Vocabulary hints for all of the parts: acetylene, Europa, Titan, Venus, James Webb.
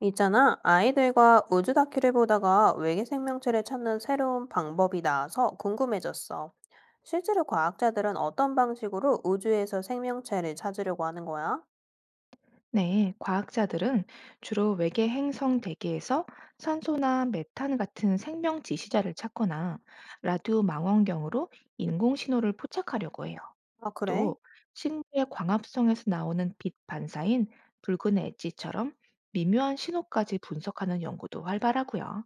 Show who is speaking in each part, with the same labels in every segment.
Speaker 1: 있잖아, 아이들과 우주 다큐를 보다가 외계 생명체를 찾는 새로운 방법이 나와서 궁금해졌어. 실제로 과학자들은 어떤 방식으로 우주에서 생명체를 찾으려고 하는 거야?
Speaker 2: 네, 과학자들은 주로 외계 행성 대기에서 산소나 메탄 같은 생명 지시자를 찾거나 라디오 망원경으로 인공 신호를 포착하려고 해요.
Speaker 1: 아, 그래?
Speaker 2: 또 식물의 광합성에서 나오는 빛 반사인 붉은 엣지처럼 미묘한 신호까지 분석하는 연구도 활발하고요.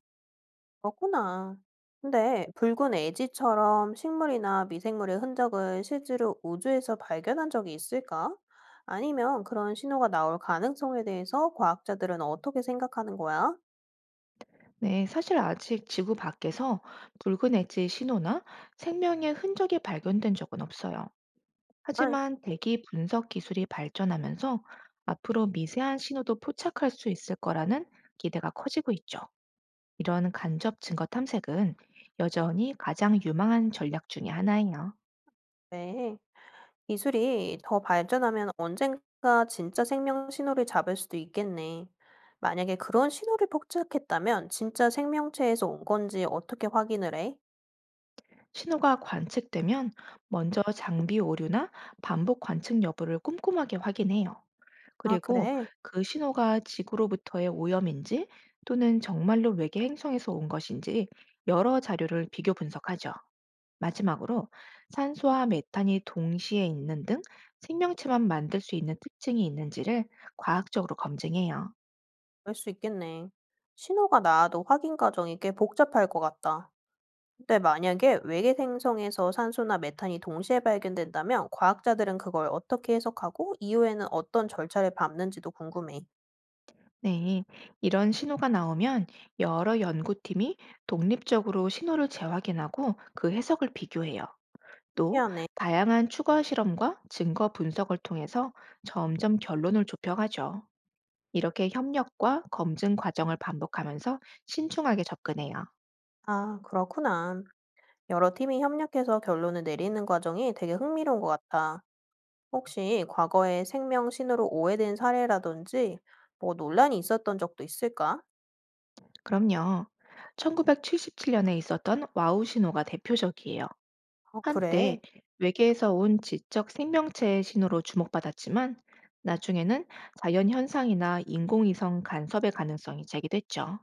Speaker 1: 그렇구나. 근데 붉은 애지처럼 식물이나 미생물의 흔적을 실제로 우주에서 발견한 적이 있을까? 아니면 그런 신호가 나올 가능성에 대해서 과학자들은 어떻게 생각하는 거야?
Speaker 2: 네, 사실 아직 지구 밖에서 붉은 엣지 신호나 생명의 흔적이 발견된 적은 없어요.
Speaker 1: 아,
Speaker 2: 하지만 대기 분석 기술이 발전하면서 앞으로 미세한 신호도 포착할 수 있을 거라는 기대가 커지고 있죠. 이런 간접 증거 탐색은 여전히 가장 유망한 전략 중의 하나예요.
Speaker 1: 네. 기술이 더 발전하면 언젠가 진짜 생명 신호를 잡을 수도 있겠네. 만약에 그런 신호를 포착했다면 진짜 생명체에서 온 건지 어떻게 확인을 해?
Speaker 2: 신호가 관측되면 먼저 장비 오류나 반복 관측 여부를 꼼꼼하게 확인해요.
Speaker 1: 아,
Speaker 2: 그리고
Speaker 1: 그래?
Speaker 2: 그 신호가 지구로부터의 오염인지 또는 정말로 외계 행성에서 온 것인지 여러 자료를 비교 분석하죠. 마지막으로 산소와 메탄이 동시에 있는 등 생명체만 만들 수 있는 특징이 있는지를 과학적으로 검증해요.
Speaker 1: 그럴 수 있겠네. 신호가 나와도 확인 과정이 꽤 복잡할 것 같다. 근데 만약에 외계 행성에서 산소나 메탄이 동시에 발견된다면 과학자들은 그걸 어떻게 해석하고 이후에는 어떤 절차를 밟는지도 궁금해.
Speaker 2: 네, 이런 신호가 나오면 여러 연구팀이 독립적으로 신호를 재확인하고 그 해석을 비교해요. 또
Speaker 1: 희한해.
Speaker 2: 다양한 추가 실험과 증거 분석을 통해서 점점 결론을 좁혀가죠. 이렇게 협력과 검증 과정을 반복하면서 신중하게 접근해요.
Speaker 1: 아, 그렇구나. 여러 팀이 협력해서 결론을 내리는 과정이 되게 흥미로운 것 같아. 혹시 과거에 생명 신호로 오해된 사례라든지 뭐 논란이 있었던 적도 있을까?
Speaker 2: 그럼요. 1977년에 있었던 와우 신호가 대표적이에요.
Speaker 1: 어,
Speaker 2: 한때
Speaker 1: 그래.
Speaker 2: 외계에서 온 지적 생명체의 신호로 주목받았지만 나중에는 자연 현상이나 인공위성 간섭의 가능성이 제기됐죠.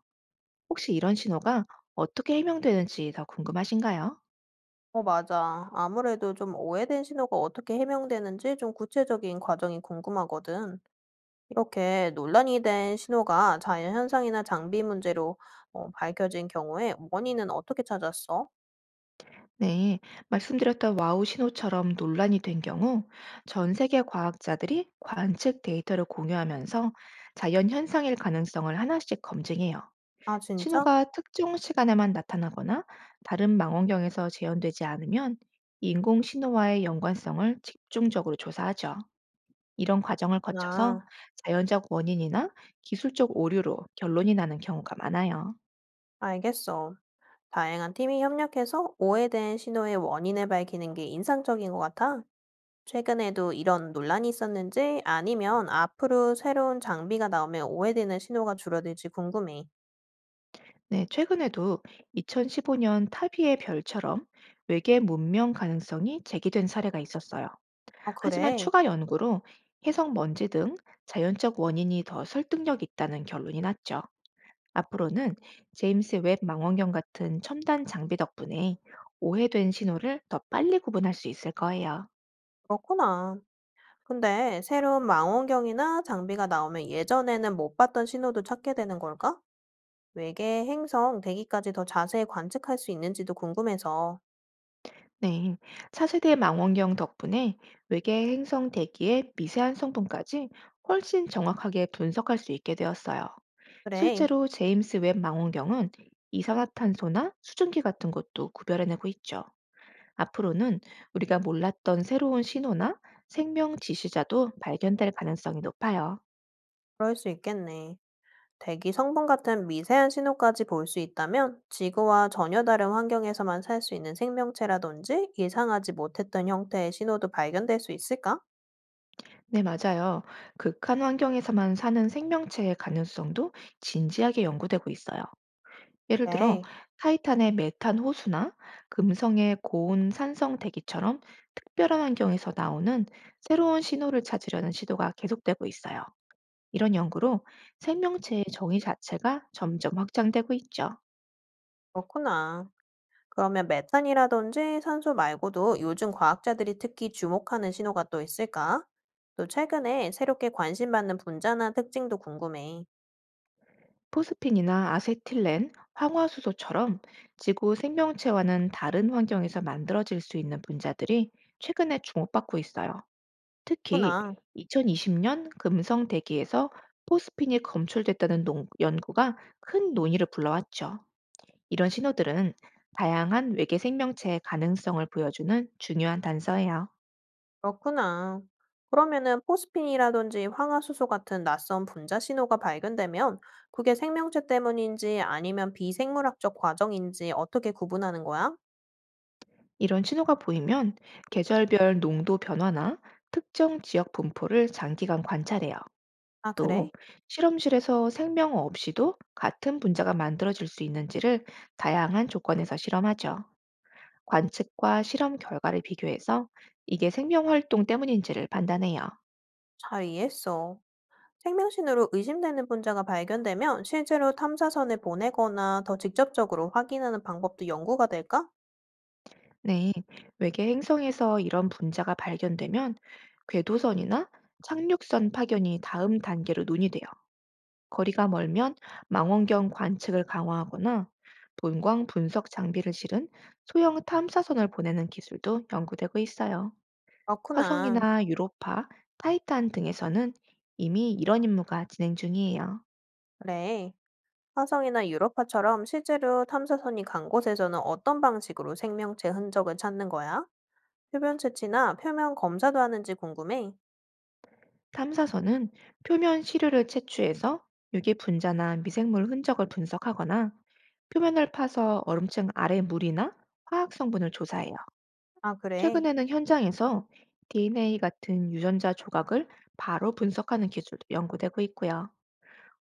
Speaker 2: 혹시 이런 신호가 어떻게 해명되는지 더 궁금하신가요?
Speaker 1: 어, 맞아. 아무래도 좀 오해된 신호가 어떻게 해명되는지 좀 구체적인 과정이 궁금하거든. 이렇게 논란이 된 신호가 자연현상이나 장비 문제로 밝혀진 경우에 원인은 어떻게 찾았어?
Speaker 2: 네, 말씀드렸던 와우 신호처럼 논란이 된 경우 전 세계 과학자들이 관측 데이터를 공유하면서 자연 현상일 가능성을 하나씩 검증해요.
Speaker 1: 아, 진짜?
Speaker 2: 신호가 특정 시간에만 나타나거나 다른 망원경에서 재현되지 않으면 인공 신호와의 연관성을 집중적으로 조사하죠. 이런 과정을 거쳐서
Speaker 1: 아,
Speaker 2: 자연적 원인이나 기술적 오류로 결론이 나는 경우가 많아요.
Speaker 1: 알겠어. 다양한 팀이 협력해서 오해된 신호의 원인을 밝히는 게 인상적인 것 같아. 최근에도 이런 논란이 있었는지 아니면 앞으로 새로운 장비가 나오면 오해되는 신호가 줄어들지 궁금해.
Speaker 2: 네, 최근에도 2015년 타비의 별처럼 외계 문명 가능성이 제기된 사례가 있었어요.
Speaker 1: 아,
Speaker 2: 하지만
Speaker 1: 그래.
Speaker 2: 추가 연구로 해성 먼지 등 자연적 원인이 더 설득력 있다는 결론이 났죠. 앞으로는 제임스 웹 망원경 같은 첨단 장비 덕분에 오해된 신호를 더 빨리 구분할 수 있을 거예요.
Speaker 1: 그렇구나. 근데 새로운 망원경이나 장비가 나오면 예전에는 못 봤던 신호도 찾게 되는 걸까? 외계 행성 대기까지 더 자세히 관측할 수 있는지도 궁금해서.
Speaker 2: 네. 차세대 망원경 덕분에 외계 행성 대기의 미세한 성분까지 훨씬 정확하게 분석할 수 있게 되었어요.
Speaker 1: 그래.
Speaker 2: 실제로 제임스 웹 망원경은 이산화탄소나 수증기 같은 것도 구별해내고 있죠. 앞으로는 우리가 몰랐던 새로운 신호나 생명 지시자도 발견될 가능성이 높아요.
Speaker 1: 그럴 수 있겠네. 대기 성분 같은 미세한 신호까지 볼 수 있다면 지구와 전혀 다른 환경에서만 살 수 있는 생명체라든지 예상하지 못했던 형태의 신호도 발견될 수 있을까?
Speaker 2: 네, 맞아요. 극한 환경에서만 사는 생명체의 가능성도 진지하게 연구되고 있어요. 예를 들어,
Speaker 1: 네,
Speaker 2: 타이탄의 메탄 호수나 금성의 고온 산성 대기처럼 특별한 환경에서 나오는 새로운 신호를 찾으려는 시도가 계속되고 있어요. 이런 연구로 생명체의 정의 자체가 점점 확장되고 있죠.
Speaker 1: 그렇구나. 그러면 메탄이라든지 산소 말고도 요즘 과학자들이 특히 주목하는 신호가 또 있을까? 또 최근에 새롭게 관심 받는 분자나 특징도 궁금해.
Speaker 2: 포스핀이나 아세틸렌, 황화수소처럼 지구 생명체와는 다른 환경에서 만들어질 수 있는 분자들이 최근에 주목받고 있어요. 특히
Speaker 1: 그렇구나.
Speaker 2: 2020년 금성 대기에서 포스핀이 검출됐다는 연구가 큰 논의를 불러왔죠. 이런 신호들은 다양한 외계 생명체의 가능성을 보여주는 중요한 단서예요.
Speaker 1: 그렇구나. 그러면은 포스핀이라든지 황화수소 같은 낯선 분자 신호가 발견되면 그게 생명체 때문인지 아니면 비생물학적 과정인지 어떻게 구분하는 거야?
Speaker 2: 이런 신호가 보이면 계절별 농도 변화나 특정 지역 분포를 장기간 관찰해요.
Speaker 1: 아,
Speaker 2: 또
Speaker 1: 그래?
Speaker 2: 실험실에서 생명 없이도 같은 분자가 만들어질 수 있는지를 다양한 조건에서 실험하죠. 관측과 실험 결과를 비교해서 이게 생명 활동 때문인지를 판단해요.
Speaker 1: 잘 이해했어. 생명신호로 의심되는 분자가 발견되면 실제로 탐사선을 보내거나 더 직접적으로 확인하는 방법도 연구가 될까?
Speaker 2: 네, 외계 행성에서 이런 분자가 발견되면 궤도선이나 착륙선 파견이 다음 단계로 논의돼요. 거리가 멀면 망원경 관측을 강화하거나 본광 분석 장비를 실은 소형 탐사선을 보내는 기술도 연구되고 있어요.
Speaker 1: 그렇구나.
Speaker 2: 화성이나 유로파, 타이탄 등에서는 이미 이런 임무가 진행 중이에요.
Speaker 1: 그래. 화성이나 유로파처럼 실제로 탐사선이 간 곳에서는 어떤 방식으로 생명체 흔적을 찾는 거야? 표면 채취나 표면 검사도 하는지 궁금해.
Speaker 2: 탐사선은 표면 시료를 채취해서 유기 분자나 미생물 흔적을 분석하거나 표면을 파서 얼음층 아래 물이나 화학 성분을 조사해요.
Speaker 1: 아, 그래.
Speaker 2: 최근에는 현장에서 DNA 같은 유전자 조각을 바로 분석하는 기술도 연구되고 있고요.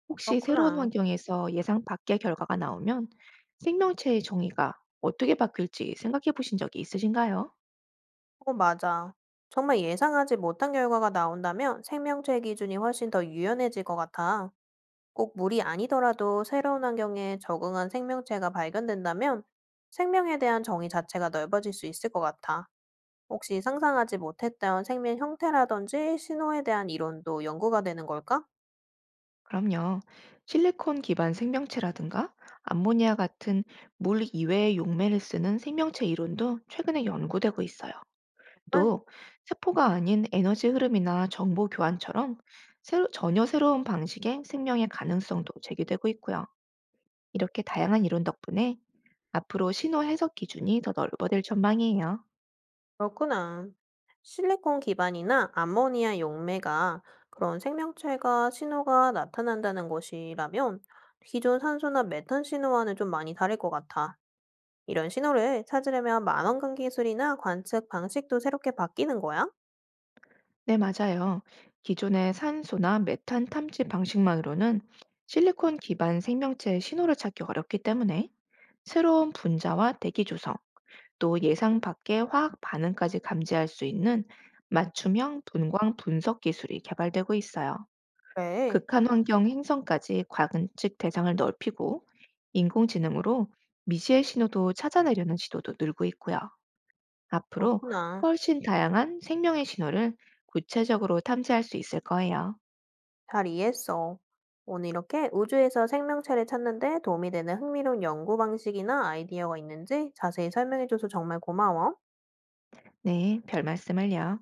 Speaker 2: 혹시 새로운
Speaker 1: 그렇구나.
Speaker 2: 환경에서 예상 밖의 결과가 나오면 생명체의 정의가 어떻게 바뀔지 생각해 보신 적이 있으신가요?
Speaker 1: 어, 맞아. 정말 예상하지 못한 결과가 나온다면 생명체 기준이 훨씬 더 유연해질 것 같아. 꼭 물이 아니더라도 새로운 환경에 적응한 생명체가 발견된다면 생명에 대한 정의 자체가 넓어질 수 있을 것 같아. 혹시 상상하지 못했던 생명 형태라든지 신호에 대한 이론도 연구가 되는 걸까?
Speaker 2: 그럼요. 실리콘 기반 생명체라든가 암모니아 같은 물 이외의 용매를 쓰는 생명체 이론도 최근에 연구되고 있어요.
Speaker 1: 아,
Speaker 2: 또 세포가 아닌 에너지 흐름이나 정보 교환처럼 전혀 새로운 방식의 생명의 가능성도 제기되고 있고요. 이렇게 다양한 이론 덕분에 앞으로 신호 해석 기준이 더 넓어질 전망이에요.
Speaker 1: 그렇구나. 실리콘 기반이나 암모니아 용매가 그런 생명체가 신호가 나타난다는 것이라면 기존 산소나 메탄 신호와는 좀 많이 다를 것 같아. 이런 신호를 찾으려면 만원경 기술이나 관측 방식도 새롭게 바뀌는 거야?
Speaker 2: 네, 맞아요. 기존의 산소나 메탄 탐지 방식만으로는 실리콘 기반 생명체의 신호를 찾기 어렵기 때문에 새로운 분자와 대기 조성, 또 예상 밖의 화학 반응까지 감지할 수 있는 맞춤형 분광 분석 기술이 개발되고 있어요.
Speaker 1: 그래,
Speaker 2: 극한 환경 행성까지 관측 대상을 넓히고 인공지능으로 미지의 신호도 찾아내려는 시도도 늘고 있고요. 앞으로
Speaker 1: 그렇구나.
Speaker 2: 훨씬 다양한 생명의 신호를 구체적으로 탐지할 수 있을 거예요.
Speaker 1: 잘 이해했어. 오늘 이렇게 우주에서 생명체를 찾는데 도움이 되는 흥미로운 연구 방식이나 아이디어가 있는지 자세히 설명해줘서 정말 고마워.
Speaker 2: 네, 별 말씀을요.